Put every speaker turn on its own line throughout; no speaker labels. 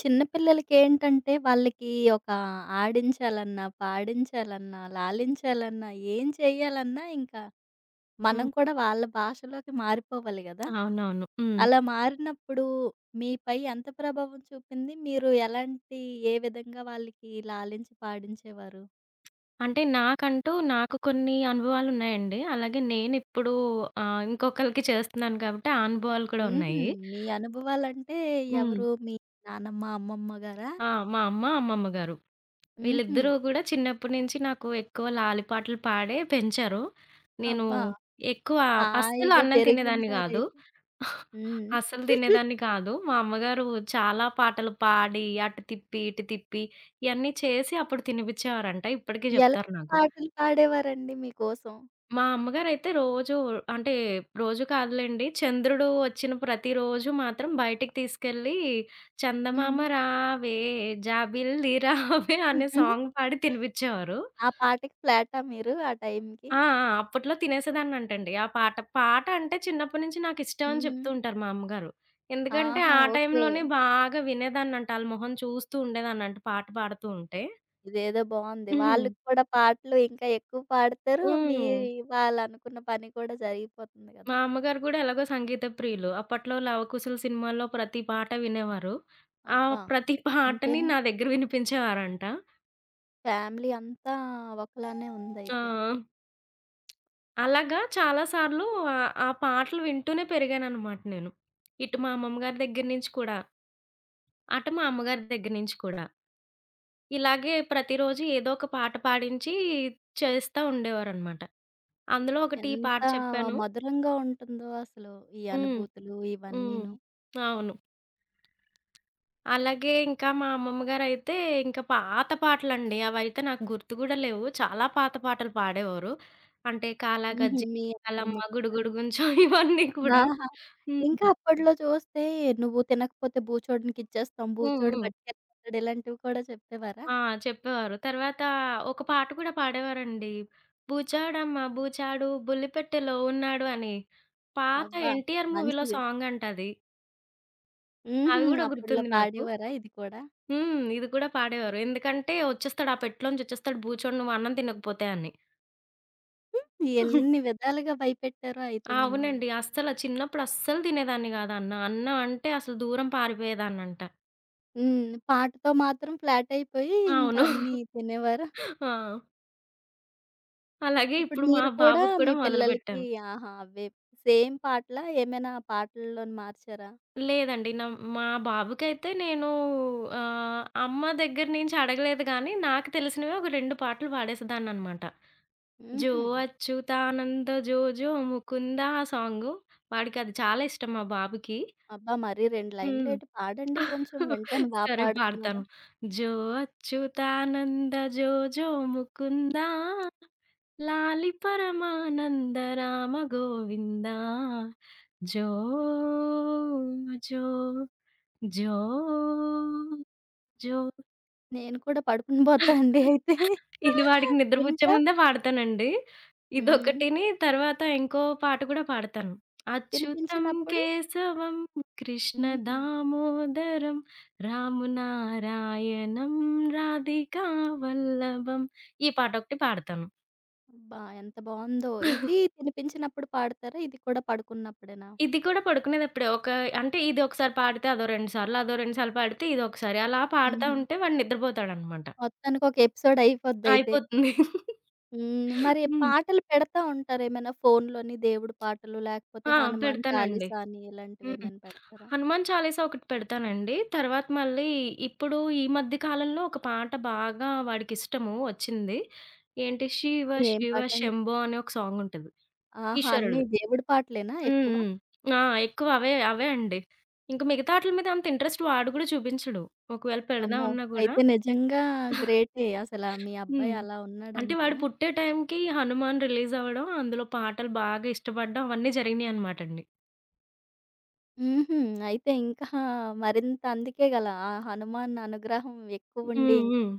చిన్న పిల్లలకేంటంటే, వాళ్ళకి ఒక ఆడించాలన్నా, పాడించాలన్నా, లాలించాలన్నా, ఏం చేయాలన్నా ఇంకా మనం
హ్మ్.
కూడా వాళ్ళ భాషలోకి మారిపోవాలి గదా!
అవునవును. హ్మ్.
అలా మారినప్పుడు మీపై ఎంత ప్రభావం చూపింది? మీరు ఎలాంటి ఏ విధంగా వాళ్ళకి లాలించి పాడించేవారు?
అంటే నాకు కొన్ని అనుభవాలున్నాయండి. అలాగే నేనిప్పుడు ఇంకొకళ్ళకి చేస్తున్నాను కాబట్టి ఆ అనుభవాలు కూడా
హుహు.
ఉన్నాయి.
మీ అనుభవాలంటే
హ్మ్.
ఎవరు? మీ నానమ్మ, అమ్మమ్మ గారా?
ఆ! మా అమ్మ, అమ్మమ్మ గారు.
హుహు.
వీళ్ళిద్దరూ గూడా చిన్నప్పటి నుంచి నాకు ఎక్కువ లాలి పాటలు పాడే పెంచారు. నేను
అబ్బా!
ఎక్కువ అస్సలు
హాయిగా
అన్నం తినేదాన్ని గాదు.
పెరిగుంటారైతే. హ్మ్.
అస్సలు తినేదాన్ని కాదు. మా అమ్మగారు చాలా పాటలు పాడి, అటు తిప్పి, ఇటు తిప్పి ఇయన్నీ చేసి అప్పుడు తినిపిచ్చేవారంట. ఇప్పటికి
ఎలాంటి
జెప్తారు నాకు.
పాటలు పాడేవారండి మీకోసం?
మా అమ్మగారైతే రోజు అంటే రోజు కాదులెండి. చంద్రుడు వచ్చిన ప్రతిరోజు మాత్రం బయటికి తీసుకెళ్ళి, చందమామ
హ్మ్.
రావే జాబిల్లి రావే అనే
హుహు.
సాంగ్ పాడి తినిపిచ్చేవారు.
ఆ పాటకి ఫ్లాటా మీరు ఆ టైంకి?
ఆ! ఆ! అప్పట్లో తినేసేదాన్నంటండి. ఆ పాట. పాట అంటే చిన్నప్పటి నుంచి నాకిష్టం అని చెప్తూ
హ్మ్.
ఉంటారు మా అమ్మగారు. ఎందుకంటే
ఆహా!
ఆ
ఓకే.
టైంలోనే బాగా వినేదాన్నంట. ఆళ్ళ మొహం చూస్తూ ఉండేదాన్నంట పాట పాడుతూ ఉంటే.
ఇదేదో బావుంది.
హ్మ్.
వాళ్ళకి కూడా పాటలు ఇంకా ఎక్కువ పాడతారు. మీ
హ్మ్.
వాళ్ళనుకున్న పని కూడా జరిగిపోతుంది కదా!
మా అమ్మగారు గూడా ఎలాగో సంగీత ప్రియులు. అప్పట్లో 'లవకుశులు' సినిమాలో ప్రతి పాట వినేవారు. ఆ
అబ్బా!
ప్రతి పాటని
ఇంకేం
నా దగ్గర వినిపించేవారంట.
ఫ్యామిలీ అంతా ఒకలానే
ఆ!
ఉందయితే.
అలాగా చాలా సార్లు ఆ పాటలు వింటూనే పెరిగాననమాట నేను. ఇటు మా అమ్మమ్మ గారి దగ్గర నుంచి కూడా, అటు మా అమ్మగారి దగ్గర నుంచి కూడా. ఇలాగే ప్రతిరోజు ఏదో ఒక పాట పాడించి చేస్తా ఉండేవారనమాట. అందులో ఒకటి ఈ
ఎంత
పాట చెప్పాను.
మధురంగా ఉంటుందో అసలు ఈ
హ్మ్.
అనుభూతులు
హ్మ్.
ఇవన్నీను.
అవును. అలాగే ఇంకా మా అమ్మమ్మ గారైతే ఇంకా పాత పాటలండి. అవైతే నాకు గుర్తు గూడా లేవు. చాలా పాత పాటలు పాడేవారు. అంటే
హుహు.
కాలాగజ్జి,
మీ అమ్మమ్మ
కాలమ్మ,
కూడా
గుడుగుడు గుంచం ఇవన్నీ కూడా.
ఆహా!
హ్మ్.
ఇంకా అప్పట్లో చూస్తే "నువ్వు తినకపోతే బూచోడినికి ఇచ్చేస్తాం.
హ్మ్.
బూచోడు
హ్మ్.
పట్టుకెళ్ళిపోతాడు" ఇలాంటివి కూడా చెప్పేవారా?
ఆ! చెప్పేవారు. తర్వాత ఒక పాట కూడా పాడేవారండి. బూచాడమ్మ బూచాడు బుల్లిపెట్టెలో ఉన్నాడు అని. పాత
అబ్బా!
'ఎన్టీఆర్' మూవీలో
మంచిది.
సాంగ్ అంట అది.
హుహు.
అది గూడా
అప్పట్లో
గుర్తుంది నాకు.
పాడేవారా ఇది కూడా?
హ్మ్. ఇది కూడా పాడేవారు. ఎందుకంటే, "ఒచ్చేస్తాడు ఆ పెట్టులోంచి ఒచ్చేస్తాడు బూచోడు నువ్వు అన్నం తినకపోతే" అని.
హ్మ్. ఎన్ని విధాలుగా భయపెట్టారో అయితే మిమ్మల్ని.
అవునండి. అస్సల చిన్నప్పుడు అస్సలు తినేదాన్ని గాదు అన్నం. అన్నం అంటే అసలు దూరం పారిపోయేదాన్నంట.
హ్మ్. పాటతో మాత్రం ఫ్లాట్ అయిపోయి ఇంకా
అవును.
అన్నీ తినేవారా?
ఆ! అలాగే
ఇప్పుడు
ఇప్పుడు మా
మీరు కూడా
బాబుకి కూడా
మీ పిల్లలకి
మొదలుపెట్టాను.
ఆహా! అవే సేమ్ పాటలా? ఏమైనా పాటల్లోని మార్చారా?
లేదండి. మా బాబుకైతే నేను అమ్మ దగ్గర నుంచి అడగలేదు గానీ, నాకు తెలిసినవి ఒక 2 పాటలు పాడేసేదాన్ననమాట. 'జో
హుహు.
అచ్యుతానంద జో జో ముకుందా' ఆ సాంగు వాడికది చాలా ఇష్టం మా బాబుకి.
అబ్బా! మరి 2
హ్మ్.
లైన్లేటి పాడండి, కొంచెం వింటాను బా
సరే
పాడుతున్నారు.
పాడతాను. జో అచ్యుతానంద జో జో ముకుంద లాలి పరమానంద రామ గోవింద జో జో జో
నేను కూడా పడుకుని
జో.
పోతా అండి అయితే.
ఇది వాడికి నిద్రపుచ్చే
వింటా.
ముందే పాడతానండి.
హ్మ్.
ఇదొకటిని తర్వాత ఇంకో పాట కూడా పాడతాను. అచ్యుతం
తినిపించినప్పుడు
కేశవం కృష్ణ
హుహు.
దామోదరం రామునారాయణం రాధికా వల్లభం. ఈ పాటొకటి పాడతాను.
అబ్బా! ఎంత బావుందో. ఇవి తినిపించినప్పుడు పాడతారా? ఇది కూడా పడుకున్నప్పుడేనా?
ఇది కూడా పడుకునేదప్పుడే ఒక అంటే ఇది ఒకసారి పాడితే అదో 2 సార్లు, అదో 2 సార్లు పాడితే ఇదొకసారి అలా పాడుతా
హుహు.
ఉంటే వాడు నిద్రపోతాడనమాట.
మొత్తానికి ఒక ఎపిసోడ్ అయిపోద్దయితే.
అయిపోతుంది.
హ్మ్. మరి
హ్మ్.
పాటలు పెడతా ఉంటారా ఏమైనా ఫోనులోని దేవుడి పాటలు, లేకపోతే
ఆ!
హనుమాన్
పెడతానండి.
చాలీసా అని
హ్మ్.
ఇలాంటివేమైనా పెడతారా?
హనుమాన్ చాలీసా ఒకటి పెడతానండి. తర్వాత మళ్ళీ ఇప్పుడు ఈ మధ్య కాలంలో ఒక పాట బాగా వాడికిష్టము వచ్చింది. ఏంటి 'శివ
ఏం
శివ
పాటండి?
శంభో' అని ఒక సాంగ్ ఉంటది.
ఆహా! అన్నీ
ఈశ్వరుడిది.
దేవుడి పాటలేనా
హ్మ్.
ఎక్కువ?
హ్మ్. ఆ! ఎక్కువ అవే అవే అండి. ఇంక మిగతా ఆటిల మీద అంత ఇంట్రెస్ట్ వాడు గూడా చూపించడు. ఒకవేళ
అమ్మో!
పెడదామన్నా గూడా
అయితే నిజంగా గ్రేటే. అసల మీ
హ్మ్.
అబ్బాయి అలా
అంటే
ఉన్నాడంటే.
వాడు పుట్టే టైంకి 'హనుమాన్' రిలీజ్ అవ్వడం, అందులో పాటలు బాగా ఇష్టపడడం అవన్నీ జరిగినాయనమాటండి.
హుహు. అయితే ఇంకా మరింత అందుకే గల ఆ హనుమాన్ అనుగ్రహం ఎక్కువుండి,
హ్మ్. హ్మ్.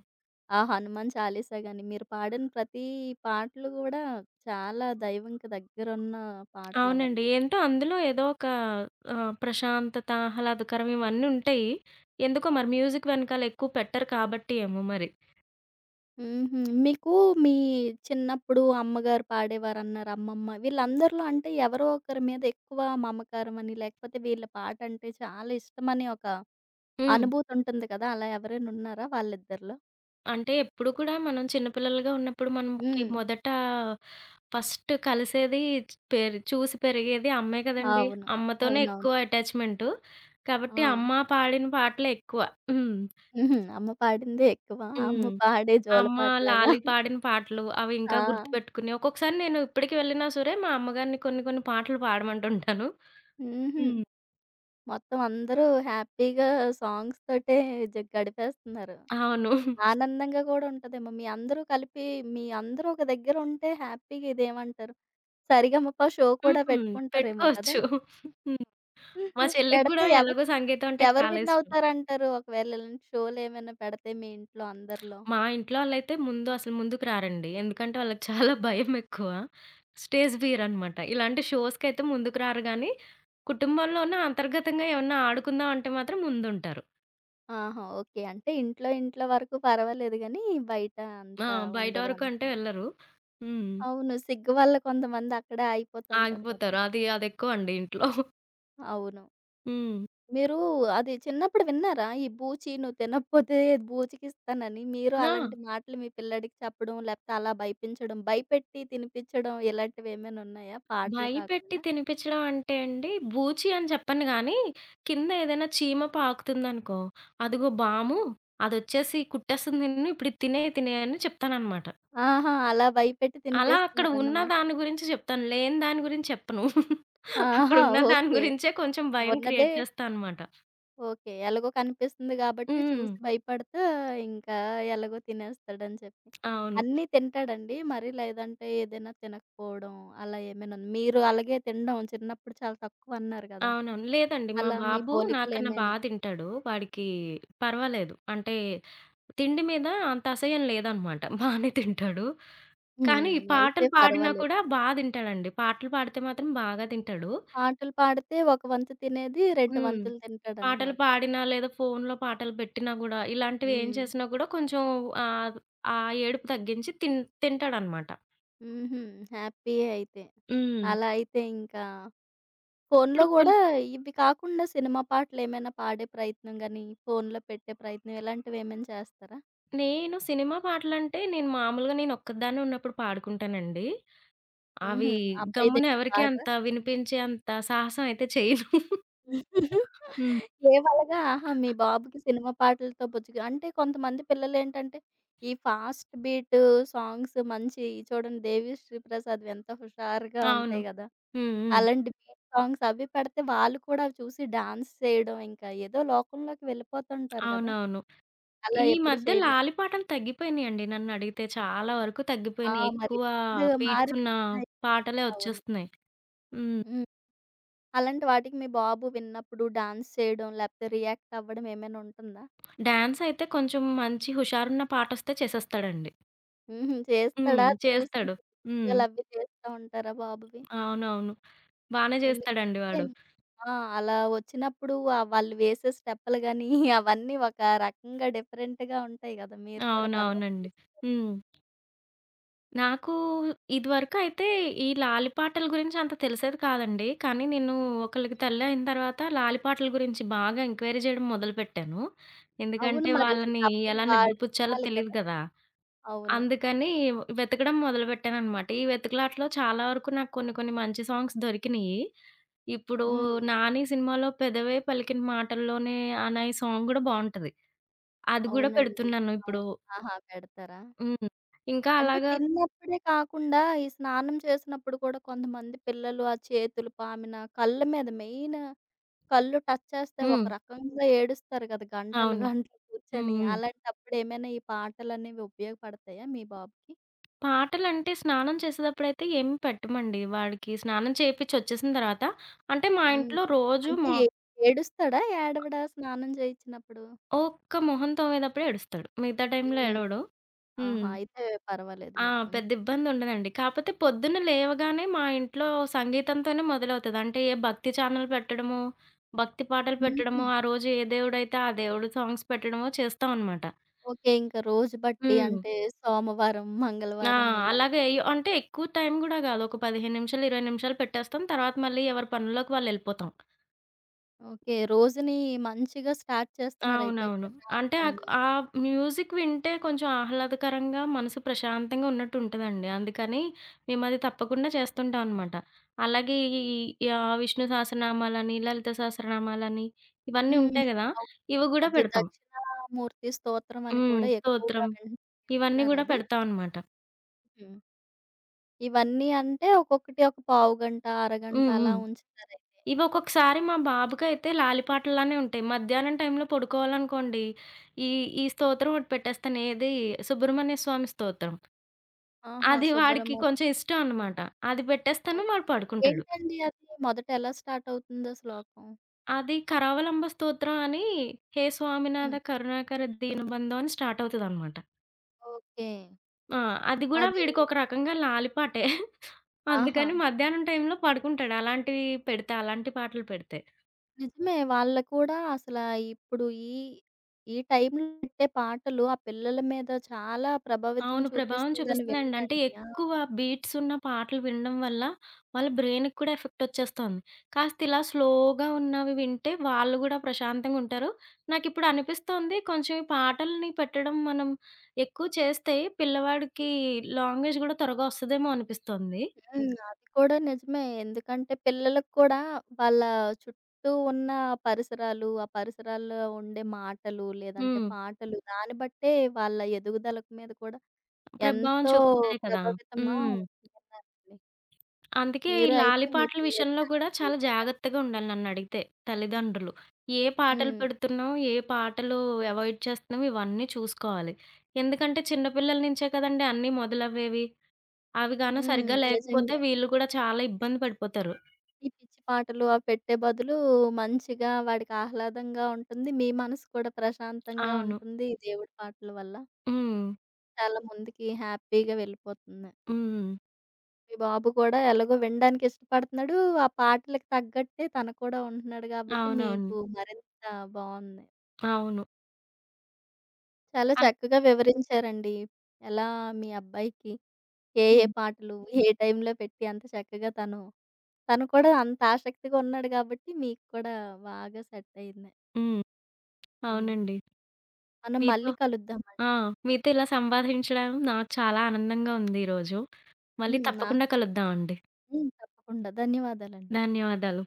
ఆ హనుమాన్ చాలీసా గాని, మీరు పాడిన ప్రతీ పాటలు గూడా చాలా దైవంకి దగ్గరున్న
అవునండి.
పాటలవన్నీ.
ఏంటో అందులో ఏదో ఒక ప్రశాంతత, ఆహ్లాదకరం ఇవన్నీ ఉంటాయి. ఎందుకో మరి మ్యూజిక్ వెనకాల ఎక్కువ పెట్టరు కాబట్టి ఏమో మరి.
హుహు. మీకు మీ చిన్నప్పుడు అమ్మగారు పాడేవారన్నారు, అమ్మమ్మ. వీళ్ళందరిలో అంటే ఎవరో ఒకరి మీద ఎక్కువ మమకారమని, లేకపోతే వీళ్ళ పాటంటే చాలా ఇష్టమని ఒక
హ్మ్.
అనుభూతుంటుంది కదా! అలా ఎవరైనా ఉన్నారా వాళ్ళిద్దరిలో?
అంటే ఎప్పుడు కూడా మనం చిన్న పిల్లలుగా ఉన్నప్పుడు మనకి
హ్మ్.
మొదట ఫస్ట్ కలిసేది పెరి చూసి పెరిగేది అమ్మే కదండీ!
అవును.
అమ్మతోనే
అవునవును.
ఎక్కువ అటాచ్‌మెంటు. కాబట్టి అమ్మ
ఆ!
పాడిన పాటలే ఎక్కువ. హ్మ్.
హుహు. అమ్మ పాడిందే ఎక్కువ. అమ్మ
హ్మ్.
పాడే
అమ్మ
జోలపాటలాగా.
లాలి పాడిన పాటలు అవి ఇంకా
ఆ!
గుర్తుపెట్టుకుని ఒక్కొక్కసారి నేను ఇప్పటికి వెళ్ళినా సరే మా అమ్మగారిని కొన్ని కొన్ని పాటలు పాడమంటుంటాను.
హుహు.
హ్మ్.
మొత్తం అందరూ హ్యాపీగా సాంగ్స్ తోటే జ గడిపేస్తున్నారు.
అవును.
ఆనందంగా కూడా ఉంటదేమో! మీ అందరూ కలిపి మీ అందరూ ఒక దగ్గర ఉంటే హ్యాపీగా ఇదేమంటారు? సరిగమప షో కూడా
హ్మ్.
పెట్టుకుంటారేమో కదా!
పెట్టుకోవచ్చు. హ్మ్. మా చెల్లికి
పెడితే
గూడా
ఎవరు
ఎలాగో సంగీతం అంటే
ఎవరు
చాలా
విన్
ఇష్టం.
అవుతారంటారు? ఒకవేళ ఇలాంటి షోలేమైనా పెడితే మీ ఇంట్లో అందరిలో?
మా ఇంట్లో వాళ్ళైతే ముందు అసలు ముందుకు రారండి. ఎందుకంటే వాళ్ళకి చాలా భయం ఎక్కువ. స్టేజ్ ఫియర్ అనమాట. ఇలాంటి షోస్‌కైతే ముందుకు రారు గానీ, కుటుంబంలోనే అంతర్గతంగా ఏమన్నా ఆడుకుందాం అంటే మాత్రం ముందుంటారు.
ఆహా! ఓకే. అంటే ఇంట్లో ఇంట్లో వరకు పర్వాలేదు గానీ బయట
ఆ!
అంత
బయట వరకు
ఉండదంట.
అంటే వెళ్ళరు. హ్మ్.
అవును. సిగ్గు వల్ల కొంతమంది అక్కడే ఆగిపోతుంటారు గదా!
ఆగిపోతారు. అది అదెక్కువండి ఇంట్లో.
అవును.
హ్మ్.
మీరు అది చిన్నప్పుడు విన్నారా? ఈ బూచి నువ్వు తినకపోతే బూచికిస్తానని. మీరు
ఆ!
అలాంటి మాటలు మీ పిల్లాడికి చెప్పడం, లేకపోతే అలా భయపించడం, భయపెట్టి తినిపించడం ఇలాంటివేమైనా ఉన్నాయా? పాటలు
భయపెట్టి
కాకుండా?
తినిపిచ్చడం అంటే అండి, బూచి అని చెప్పను గానీ, కింద ఏదైనా చీమ పాకుతుందనుకో, "అదిగో బాము, అదొచ్చేసి కుట్టేస్తుంది నిన్ను, ఇప్పుడు ఇది తినేయి, తినేయి" అని చెప్తాననమాట.
ఆహా! అలా భయపెట్టి
అలా అక్కడ ఉన్న
తినిపిస్తున్నారన్నమాట.
దాని గురించి చెప్తాను, లేని దాని గురించి చెప్పను.
ఆహా!
అక్కడున్న దాని
ఓకే.
గురించే కొంచెం భయం క్రియేట్
ఉన్నదే
చేస్తా అనమాట.
ఓకే. ఎలాగో కనిపిస్తుంది గాబట్టి
హ్మ్.
చూసి భయపడతా ఇంకా ఎలాగో తినేస్తాడని చెప్పి.
అవును.
అన్నీ తింటాడండి. మరి లేదంటే ఏదైనా తినకపోవడం అలా ఏమైనా ఉందా? మీరు అలాగే తినడం చిన్నప్పుడు చాలా తక్కువన్నారు గదా!
అవునవును. లేదండి. మా
అలా మీ
బాబు నాకన్నా బా
పోలికలేమైనా?
తింటాడు. వాడికి పర్వాలేదు. అంటే తిండి మీద అంత అసహ్యం లేదనమాట. బానే తింటాడు. కానీ ఈ
హ్మ్. అయితే
పాటలు పాడినా
పర్వాలేదు.
కూడా బా తింటాడండి. పాటలు పాడితే మాత్రం బాగా తింటాడు.
పాటలు పాడితే ఒక వంతు తినేది 2
హ్మ్.
వంతులు
పాటలు
తింటాడన్నమాట.
పాడినా లేదా ఫోన్‌లో పాటలు పెట్టినా గూడా ఇలాంటివి ఏం
హ్మ్.
చేసినా గూడా కొంచెం ఆహ్, ఆ ఏడుపు తగ్గించి తింటాడనమాట.
హుహు. హ్యాపీయే అయితే.
హ్మ్.
అలా అయితే ఇంకా ఫోన్‌లో
ఇప్పుడు కొన్
గూడా ఇవి కాకుండా సినిమా పాటలేమైనా పాడే ప్రయత్నం గాని, ఫోన్‌లో పెట్టే ప్రయత్నం ఇలాంటివేమైనా చేస్తారా?
నేను సినిమా పాటలంటే నేను మామూలుగా నేనొక్కదాన్నే ఉన్నప్పుడు పాడుకుంటానండి. అవి
హుహు.
గమ్మున
అబ్బాయిదేం
ఎవరికీ
పాడరా?
అంత వినిపించే అంత సాహసం అయితే చేయను. హ్మ్.
ఏవలగా ఆహా! మీ బాబుకి సినిమా పాటలతో బుజ్జగా అంటే కొంతమంది పిల్లలేంటంటే, ఈ ఫాస్ట్ బీటు సాంగ్స్ మంచి చూడండి 'దేవిశ్రీ ప్రసాద్‌వి' ఎంత హుషారుగా
అవును.
ఉంటాయి గదా!
హ్మ్. హ్మ్.
అలాంటి బీట్ సాంగ్స్ అవి పెడితే వాళ్ళు కూడా అవి చూసి డాన్స్ చేయడం, ఇంకా ఏదో లోకంలోకి వెళ్ళిపోతుంటారు గదా!
అవునవును.
అలా
ఈ
ఎప్పుడు
మధ్య
చేయలేదు.
లాలిపాటలు తగ్గిపోయినియండి నన్నడిగితే. చాలా వరకు
ఆ!
తగ్గిపోయినియి.
మరి
ఎక్కువ
ట్రెండ్ మారింది
బీట్సున్న
కదా!
పాటలే
అవును.
వచ్చేస్తున్నాయి. హ్మ్.
హ్మ్. అలాంటి వాటికి మీ బాబు విన్నప్పుడు డాన్స్ చేయడం, లేపోతే రియాక్ట్ అవ్వడం ఏమైనా ఉంటుందా?
డాన్స్ అయితే కొంచెం మంచి హుషారున్న పాటొస్తే చేసేస్తాడండి.
హుహు.
హ్మ్.
చేస్తాడా? చూసి
చేస్తాడు. హ్మ్.
వీడియోలవి చేస్తా ఉంటారా బాబువి?
అవునవును. బానే చేస్తాడండి
ఎందుకంటే
వాడు.
ఆ! అలా వచ్చినప్పుడు ఆ వాళ్ళు వేసే స్టెప్పులు గాని, అవన్నీ ఒక రకంగా డిఫరెంట్‌గా ఉంటాయి గదా! మీరు కూడా తర్వాత
అవునవునండి.
చూసి
హ్మ్. నాకు ఇదివరకయితే ఈ లాలిపాటల గురించి అంత తెలిసేది కాదండి. కానీ నేను ఒకళ్ళకి తల్లి అయిన తర్వాత లాలిపాటల గురించి బాగా ఎంక్వైరీ చేయడం మొదలుపెట్టాను.
అవును.
ఎందుకంటే
మరి
వాళ్ళని
తప్పదు
ఎలా
వాడు
నిద్రపుచ్చాలో
తినాలి
తెలీదు
కదా!
కదా!
అవును.
అందుకని వెతకడం మొదలుపెట్టాననమాట. ఈ వెతుకులాటలో చాలా వరకు నాకు కొన్ని కొన్ని మంచి సాంగ్స్ దొరికినియి. ఇప్పుడు
హ్మ్.
'నాని' సినిమాలో 'పెదవే పలికిన మాటల్లోనే' అనే సాంగ్ గూడా బావుంటది. అది గూడా
అవునండి.
పెడుతున్నాను ఇప్పుడు.
అవును. ఆహా! పెడతారా?
హ్మ్. ఇంకా
అంటే
అలాగా
తిన్నప్పుడే కాకుండా, ఈ స్నానం చేసినప్పుడు కూడా కొంతమంది పిల్లలు ఆ చేతులు పామిన, కళ్ళ మీద మెయిన్ కళ్ళు టచ్ చేస్తే ఒక
హ్మ్.
రకంగా ఏడుస్తారు కదా! గంటలు,
అవును.
గంటలు
హ్మ్.
కూర్చొని.
హ్మ్.
అలాంటప్పుడు ఏమైనా ఈ పాటలనేవి ఉపయోగపడతాయా మీ బాబుకి?
పాటలంటే స్నానం చేసేటప్పుడైతే ఏమి పెట్టమండి. వాడికి స్నానం చేపిచ్చి వచ్చేసిన తర్వాత అంటే మా
హ్మ్.
ఇంట్లో రోజు
అంటే
మొ
ఏ ఏడుస్తాడా? ఏడవడా స్నానం చేయించినప్పుడు?
ఒక్క మొహం తోమేదప్పుడే ఏడుస్తాడు. మిగతా టైంలో
హ్మ్.
ఏడవడు. హ్మ్.
ఆహా! అయితే పర్వాలేదు
ఆ!
మీకు కొంచెం.
పెద్ద ఇబ్బందుండదండి. కాపోతే పొద్దున్న లేవగానే మా ఇంట్లో సంగీతంతోనే మొదలవుతది. అంటే ఏ భక్తి ఛానల్ పెట్టడమో, భక్తి పాటలు
హుహు.
పెట్టడమో, ఆ రోజు ఏ దేవుడైతే ఆ దేవుడు సాంగ్స్ పెట్టడమో చేస్తామనమాట.
ఓకే. ఇంక రోజు బట్టి
హ్మ్.
అంటే సోమవారం,
ఆ!
మంగళవారం ఇలా
అలాగే అంటే ఎక్కువ టైం గూడా గాదు. ఒక 15 నిమిషాలు, 20 నిమిషాలు పెట్టేస్తాం. తర్వాత మళ్ళీ ఎవరి పనుల్లోకి వాళ్ళెళ్ళిపోతాం.
ఓకే. రోజుని మంచిగా స్టార్ట్ చేస్తున్నారయితే
అవునవును. అంటే ఆక్
ప్రశాంతంగా.
ఆ మ్యూజిక్ వింటే కొంచెం ఆహ్లాదకరంగా, మనసు ప్రశాంతంగా ఉన్నట్టు ఉంటదండి. అందుకని మేమది తప్పకుండా చేస్తుంటాం అనమాట. అలాగే ఈ ఈ ఆహ్, విష్ణు సహస్రనామాలని, లలిత సహస్రనామాలని ఇవన్నీ
హ్మ్.
ఉంటాయి గదా!
అవును.
ఇవి
ఈ
గూడా
మధ్య
పెడతాం.
దక్షిణామూర్తి స్తోత్రం అని
హ్మ్.
కూడా ఎక్కువగా
స్తోత్రం
విన్
ఇవన్నీ గూడా
విన్నారది?
పెడతాం అనమాట.
హ్మ్. ఇవన్నీ అంటే ఒక్కొక్కటి ఒక పావుగంట, అరగంట
హ్మ్. హ్మ్.
అలా ఉంచుతారయి
ఇవి ఒక్కొక్కసారి మా బాబుకైతే లాలిపాటలానే ఉంటాయి. మధ్యాహ్నం టైంలో పడుకోవాలనుకోండి, ఈ ఈ స్తోత్రం ఒకటి పెట్టేస్తాను. ఏది సుబ్రహ్మణ్య స్వామి స్తోత్రం.
ఆహా!
అది వాడికి
సుబ్రహ్మణ్యం.
కొంచెం ఇష్టం అనమాట. అది పెట్టేస్తాను వాడు పడుకుంటాడు.
ఏంటండి అది? మొదట ఎలా స్టార్ట్ అవుతుందో శ్లోకం?
అది కరావలంబ స్తోత్రం అని 'హే
హ్మ్.
స్వామినాథ కరుణాకర దీనబంధో' అని స్టార్ట్ అవుతదనమాట.
ఓకే.
ఆ! అది గూడా
అది
వీడికి ఒక రకంగా లాలిపాటే.
ఆహా!
అందుకని మధ్యాహ్నం టైంలో పడుకుంటాడు అలాంటివి పెడితే, అలాంటి పాటలు పెడితే.
నిజమే. వాళ్ళ కూడా అసల ఇప్పుడు ఈ టైంలో పెట్టే పాటలు ఆ పిల్లల మీద చాలా ప్రభావితం
అవును. ప్రభావం
చూపిస్తుందని
చూపిస్తుందండి. అంటే
విన్నానండి. ఆ!
ఎక్కువ బీట్స్ ఉన్న పాటలు వినడం వల్ల వాళ్ళ బ్రెయిన్‌కి కూడా ఎఫెక్ట్ వచ్చేస్తోంది. కాస్త ఇలా స్లోగా ఉన్నవి వింటే వాళ్ళు గూడా ప్రశాంతంగా ఉంటారు. నాకిప్పుడు అనిపిస్తోంది కొంచెం ఈ పాటల్ని పెట్టడం మనం ఎక్కువ చేస్తే పిల్లవాడికి లాంగ్వేజ్ గూడా త్వరగా వస్తదేమో అనిపిస్తోంది.
హ్మ్. అది కూడా నిజమే. ఎందుకంటే పిల్లలకు కూడా వాళ్ళ చుట్టూ ఉన్న పరిసరాలు, ఆ పరిసరాల్లో ఉండే మాటలు లేదంటే
హ్మ్.
పాటలు దాన్ని బట్టే వాళ్ళ ఎదుగుదల మీద కూడా
ప్రభావం
ఎంతో
చూపిస్తాయి కదా!
ప్రభావితమో
హ్మ్.
విన్నానండి.
అందుకే ఈ
మీరు అయితే
లాలి
మీ
పాటల
పిల్లడు
విషయంలో గూడా చాలా
హ్యాపీగా
జాగ్రత్తగా ఉండాలి నన్నడిగితే తల్లిదండ్రులు. ఏ పాటలు
హ్మ్.
పెడుతున్నాం, ఏ పాటలు అవాయిడ్ చేస్తున్నాం ఇవన్నీ చూసుకోవాలి. ఎందుకంటే చిన్న పిల్లల నుంచే కదండీ అన్నీ మొదలవ్వేవి. అవి గాను
హ్మ్.
సరిగ్గా లేకపోతే
నిజంగా.
వీళ్ళు కూడా చాలా ఇబ్బంది పడిపోతారు.
ఈ పిచ్చి పాటలు అవి పెట్టే బదులు మంచిగా వాడికి ఆహ్లాదంగా ఉంటుంది. మీ మనసు కూడా ప్రశాంతంగా
అవును.
ఉంటుంది ఈ దేవుడి పాటల వల్ల.
హ్మ్.
చాలా ముందుకి హ్యాపీగా వెళ్ళిపోతుంది.
హ్మ్.
మీ బాబు కూడా ఎలాగో వినడానికి ఇష్టపడుతున్నాడు. ఆ పాటలకి తగ్గట్టే తను కూడా ఉంటున్నాడు గాబట్టి
అవునవును.
మీకు మరింత బావుంది.
అవును.
చాలా
అల్
చక్కగా వివరించారండి. ఎలా మీ అబ్బాయికి ఏ ఏ
హ్మ్.
పాటలు, ఏ టైంలో పెట్టి అంత చక్కగా తను తను కూడా అంత ఆసక్తిగా ఉన్నాడు గాబట్టి మీకు కూడా బాగా సెట్ అయింది.
హ్మ్.
హ్మ్.
అవునండి.
మనం
మీతో
మళ్ళీ
ఆ!
కలుద్దామండి.
మీతో ఇలా సంభాషించడం నాకు చాలా ఆనందంగా ఉంది ఈరోజు. మళ్ళీ
హ్మ్.
తప్పకుండా
నాకు
కలుద్దామండి.
హ్మ్. తప్పకుండా. ధన్యవాదాలండి.
ధన్యవాదాలు.